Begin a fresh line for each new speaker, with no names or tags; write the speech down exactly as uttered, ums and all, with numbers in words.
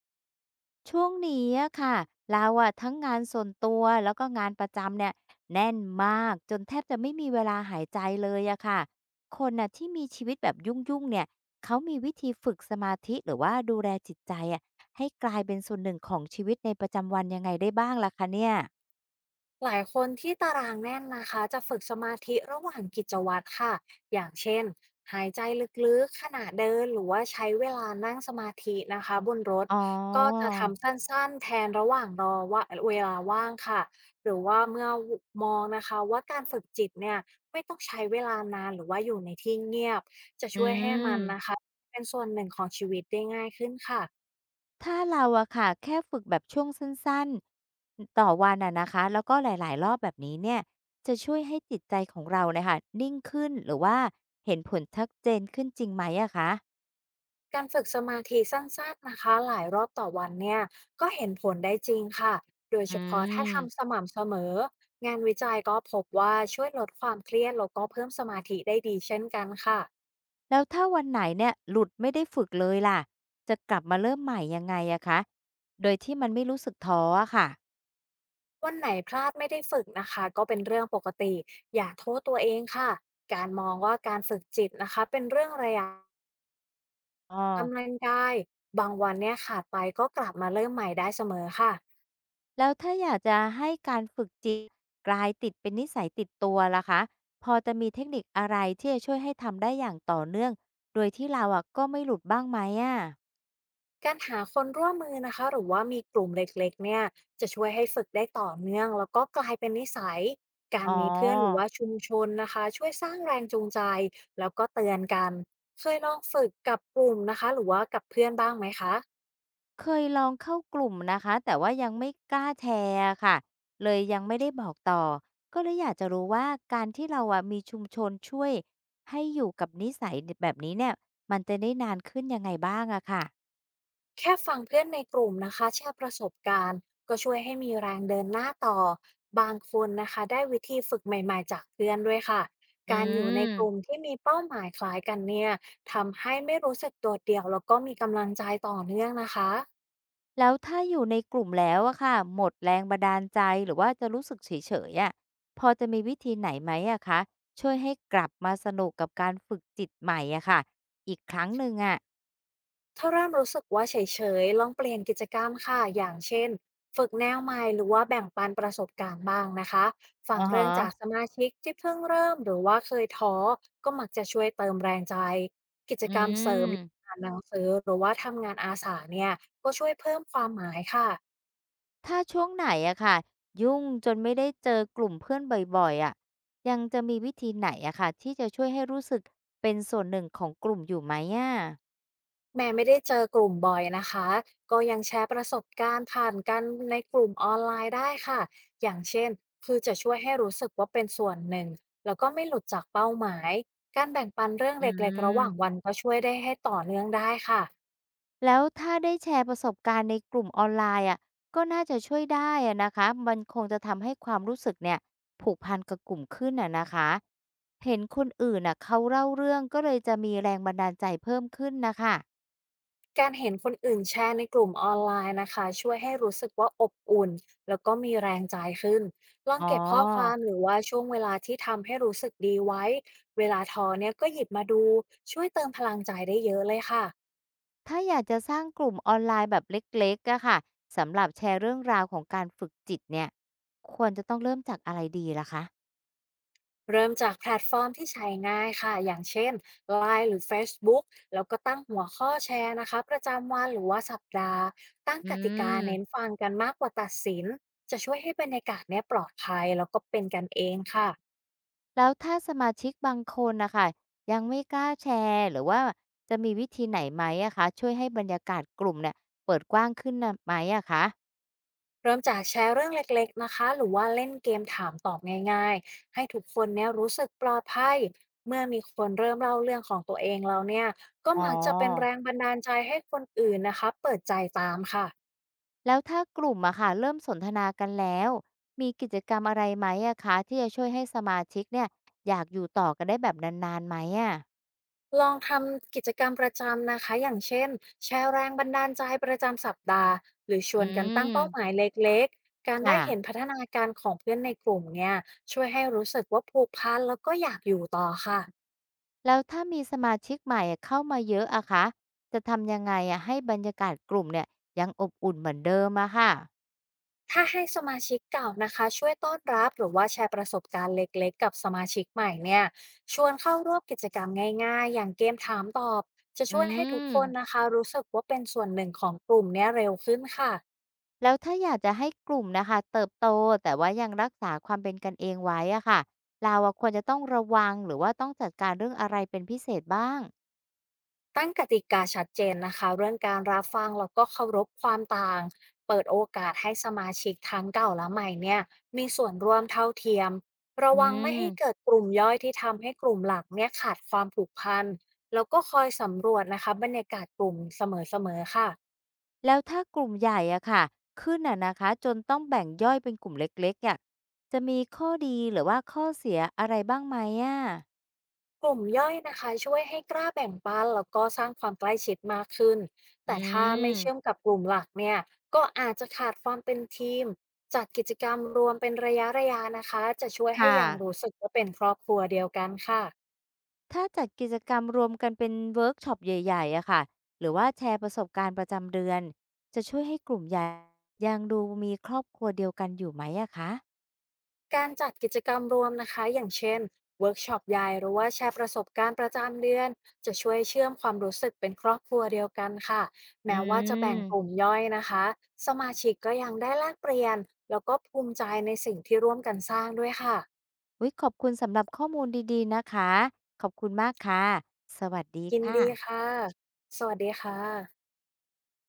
ช่วงนี้อะค่ะเราอะทั้งงานส่วนตัวแล้วก็งานประจำเนี่ยแน่นมากจนแทบจะไม่มีเวลาหายใจเลยอะค่ะคนน่ะที่มีชีวิตแบบยุ่งๆเนี่ยเขามีวิธีฝึกสมาธิหรือว่าดูแลจิตใจอะให้กลายเป็นส่วนหนึ่งของชีวิตในประจำวันยังไงได้บ้างล่ะคะเนี่ย
หลายคนที่ตารางแน่นนะคะจะฝึกสมาธิระหว่างกิจวัตรค่ะอย่างเช่นหายใจลึกๆขณะเดินหรือว่าใช้เวลานั่งสมาธินะคะบนรถ
อ๋อ
ก็จะทำสั้นๆแทนระหว่างรอว่าเวลาว่างค่ะหรือว่าเมื่อมองนะคะว่าการฝึกจิตเนี่ยไม่ต้องใช้เวลานานหรือว่าอยู่ในที่เงียบจะ
อื
ช่วยให้มันนะ
ม
คะเป็นส่วนหนึ่งของชีวิตได้ง่ายขึ้นค่ะ
ถ้าเราอะค่ะแค่ฝึกแบบช่วงสั้นๆต่อวันอะนะคะแล้วก็หลายๆรอบแบบนี้เนี่ยจะช่วยให้จิตใจของเราเนี่ยค่ะนิ่งขึ้นหรือว่าเห็นผลชัดเจนขึ้นจริงไหมอะคะ
การฝึกสมาธิสั้นๆนะคะหลายรอบต่อวันเนี่ยก็เห็นผลได้จริงค่ะโดย
อื
เฉพาะถ้าทำส
ม
ม่ำเสมองานวิจัยก็พบว่าช่วยลดความเครียดแล้วก็เพิ่มสมาธิได้ดีเช่นกันค่ะ
แล้วถ้าวันไหนเนี่ยหลุดไม่ได้ฝึกเลยล่ะจะกลับมาเริ่มใหม่ยังไงอะคะโดยที่มันไม่รู้สึกท้ออะค่ะ
วันไหนพลาดไม่ได้ฝึกนะคะก็เป็นเรื่องปกติอย่าโทษตัวเองค่ะการมองว่าการฝึกจิตนะคะเป็นเรื่องระยะ
อ้อ
กำลังกายบางวันเนี่ยขาดไปก็กลับมาเริ่มใหม่ได้เสมอค่ะ
แล้วถ้าอยากจะให้การฝึกจิตกลายติดเป็นนิสัยติดตัวล่ะคะพอจะมีเทคนิคอะไรที่จะช่วยให้ทำได้อย่างต่อเนื่องโดยที่เราอะก็ไม่หลุดบ้างไหมอะ
การหาคนร่วมมือนะคะหรือว่ามีกลุ่มเล็กๆเนี่ยจะช่วยให้ฝึกได้ต่อเนื่องแล้วก็กลายเป็นนิสัยกา
อ๋
รมีเพื่อนหรือ
อ
ว่าชุมชนนะคะช่วยสร้างแรงจูงใจแล้วก็เตือนกันเคยลองฝึกกับกลุ่มนะคะหรือว่ากับเพื่อนบ้างไหมคะ
เคยลองเข้ากลุ่มนะคะแต่ว่ายังไม่กล้าแชร์อะค่ะเลยยังไม่ได้บอกต่อก็เลยอยากจะรู้ว่าการที่เราอะมีชุมชนช่วยให้อยู่กับนิสัยแบบนี้เนี่ยมันจะได้นานขึ้นยังไงบ้างอะค่ะ
แค่ฟังเพื่อนในกลุ่มนะคะแชร์ประสบการณ์ก็ช่วยให้มีแรงเดินหน้าต่อบางคนนะคะได้วิธีฝึกใหม่ๆจากเพื่อนด้วยค่ะ
อื
การอยู่ใน
ม
กลุ่มที่มีเป้าหมายคล้ายกันเนี่ยทำให้ไม่รู้สึกโดดเดี่ยวแล้วก็มีกำลังใจต่อเนื่องนะคะ
แล้วถ้าอยู่ในกลุ่มแล้วอะค่ะหมดแรงบันดาลใจหรือว่าจะรู้สึกเฉยๆอะพอจะมีวิธีไหนไหมอะคะช่วยให้กลับมาสนุกกับการฝึกจิตใหม่อะค่ะอีกครั้งหนึ่งอะ
ถ้าเริ่มรู้สึกว่าเฉยๆ ลองเปลี่ยนกิจกรรมค่ะอย่างเช่น ฝึกแนวใหม่หรือว่าแบ่งปันประสบการณ์บ้างนะคะ
อ
ฟั
อ
งเรื่องจาก
ฮะ
สมาชิกที่เพิ่งเริ่มหรือว่าเคยท้อ ก็มักจะช่วยเติมแรงใจ กิจ
อื
กรรมเสริม
ม
อย่างอ่านหนังสือหรือว่าทำงานอาสาเนี่ยก็ช่วยเพิ่มความหมายค่ะ
ถ้าช่วงไหนอะค่ะยุ่งจนไม่ได้เจอกลุ่มเพื่อนบ่อยๆอะยังจะมีวิธีไหนอะค่ะที่จะช่วยให้รู้สึกเป็นส่วนหนึ่งของกลุ่มอยู่ไหมอะ
แม้ไม่ได้เจอกลุ่มบ่อยนะคะก็ยังแชร์ประสบการณ์ผ่านกันในกลุ่มออนไลน์ได้ค่ะอย่างเช่นคือจะช่วยให้รู้สึกว่าเป็นส่วนหนึ่งแล้วก็ไม่หลุดจากเป้าหมายการแบ่งปันเรื่อง
อื
เล็กๆระหว่างวั
ม
นก็ช่วยได้ให้ต่อเนื่องได้ค่ะ
แล้วถ้าได้แชร์ประสบการณ์ในกลุ่มออนไลน์อะก็น่าจะช่วยได้อะนะคะมันคงจะทำให้ความรู้สึกเนี่ยผูกพันกับกลุ่มขึ้นอ่ะนะคะเห็นคนอื่นอ่ะเขาเล่าเรื่องก็เลยจะมีแรงบันดาลใจเพิ่มขึ้นนะคะ
การเห็นคนอื่นแชร์ในกลุ่มออนไลน์นะคะช่วยให้รู้สึกว่าอบอุ่นแล้วก็มีแรงใจขึ้นลอง
อ๋
เก็บข้อควา
อ
มหรือว่าช่วงเวลาที่ทำให้รู้สึกดีไว้เวลาท้อเนี่ยก็หยิบมาดูช่วยเติมพลังใจได้เยอะเลยค่ะ
ถ้าอยากจะสร้างกลุ่มออนไลน์แบบเล็กๆอะค่ะสำหรับแชร์เรื่องราวของการฝึกจิตเนี่ยควรจะต้องเริ่มจากอะไรดีล่ะคะ
เริ่มจากแพลตฟอร์มที่ใช้ง่ายค่ะ อย่างเช่น ไลน์ หรือ Facebook แล้วก็ตั้งหัวข้อแชร์นะคะประจำวันหรือว่าสัปดาห์ ตั้ง
อื
กติกาเน้น
ม
ฟังกันมากกว่าตัดสินจะช่วยให้บรรยากาศเนี่ยปลอดภัยแล้วก็เป็นกันเองค่ะ
แล้วถ้าสมาชิกบางคนนะคะยังไม่กล้าแชร์หรือว่าจะมีวิธีไหนไหมอะคะช่วยให้บรรยากาศกลุ่มเนี่ยเปิดกว้างขึ้นนะไหมอะคะ
เริ่มจากแชร์เรื่องเล็กๆนะคะหรือว่าเล่นเกมถามตอบง่ายๆ ให้ทุกคนเนี่ยรู้สึกปลอดภัยเมื่อมีคนเริ่มเล่าเรื่องของตัวเองแล้วเนี่ยก็
อ๋อ
มักจะเป็นแรงบันดาลใจให้คนอื่นนะคะเปิดใจตามค่ะ
แล้วถ้ากลุ่มอะค่ะเริ่มสนทนากันแล้วมีกิจกรรมอะไรไหมอะคะที่จะช่วยให้สมาชิกเนี่ยอยากอยู่ต่อกันได้แบบนานๆไหมอะ
ลองทำกิจกรรมประจำนะคะอย่างเช่นแชร์แรงบันดาลใจประจำสัปดาห์หรือช
อื
วนกันตั้งเป้าหมาย
ม
เล็กๆการได้
ค่ะ
เห็นพัฒนาการของเพื่อนในกลุ่มเนี่ยช่วยให้รู้สึกว่าผูกพันแล้วก็อยากอยู่ต่อค่ะ
แล้วถ้ามีสมาชิกใหม่อะเข้ามาเยอะอะคะจะทำยังไงอะให้บรรยากาศกลุ่มเนี่ยยังอบอุ่นเหมือนเดิมอะค่ะ
ถ้าให้สมาชิกเก่านะคะช่วยต้อนรับหรือว่าแชร์ประสบการณ์เล็กๆกับสมาชิกใหม่เนี่ยชวนเข้าร่วมกิจกรรมง่ายๆอย่างเกมถามตอบจะ
อื
ช่วยให้ทุก
ม
คนนะคะรู้สึกว่าเป็นส่วนหนึ่งของกลุ่มเนี่ยเร็วขึ้นค่ะ
แล้วถ้าอยากจะให้กลุ่มนะคะเติบโตแต่ว่ายังรักษาความเป็นกันเองไว้อะค่ะเราอะควรจะต้องระวังหรือว่าต้องจัดการเรื่องอะไรเป็นพิเศษบ้าง
ตั้งกติกาชัดเจนนะคะเรื่องการรับฟังแล้วก็เคารพความต่างเปิดโอกาสให้สมาชิกทั้งเก่าและใหม่เนี่ยมีส่วนร่วมเท่าเทียมระ
อื
วังไม่
ม
ให้เกิดกลุ่มย่อยที่ทำให้กลุ่มหลักเนี่ยขาดความผูกพันแล้วก็คอยสำรวจนะคะบรรยากาศกลุ่มเสมอๆค่ะ
แล้วถ้ากลุ่มใหญ่อะค่ะขึ้นอะนะคะจนต้องแบ่งย่อยเป็นกลุ่มเล็กๆอะจะมีข้อดีหรือว่าข้อเสียอะไรบ้างไหมอะ
กลุ่มย่อยนะคะช่วยให้กล้าแบ่งปันแล้วก็สร้างความใกล้ชิดมากขึ้น
อื
แต่ถ้าไม่
ม
เชื่อมกับกลุ่มหลักเนี่ยก็อาจจะขาดความเป็นทีมจัดกิจกรรมรวมเป็นระยะระยะนะคะจะช่วยให้
ค่ะ
ยังรู้สึกว่าเป็นครอบครัวเดียวกันค่ะ
ถ้าจัดกิจกรรมรวมกันเป็นเวิร์กช็อปใหญ่ๆอะค่ะหรือว่าแชร์ประสบการณ์ประจำเดือนจะช่วยให้กลุ่มใหญ่ยังดูมีครอบครัวเดียวกันอยู่ไหมอะคะ
การจัดกิจกรรมรวมนะคะอย่างเช่นเวิร์กช็อปใหญ่หรือว่าแชร์ประสบการณ์ประจำเดือนจะช่วยเชื่อมความรู้สึกเป็นครอบครัวเดียวกันค่ะ
อื
แม้ว่าจะแบ่งกลุ่ม
ม
ย่อยนะคะสมาชิกก็ยังได้แลกเปลี่ยนแล้วก็ภูมิใจในสิ่งที่ร่วมกันสร้างด้วยค่ะ
อุ๊ยขอบคุณสำหรับข้อมูลดีๆนะคะขอบคุณมากค่ะสวัสดี
ยิน
ค่ะ
ดีค่ะสวัสดีค่ะ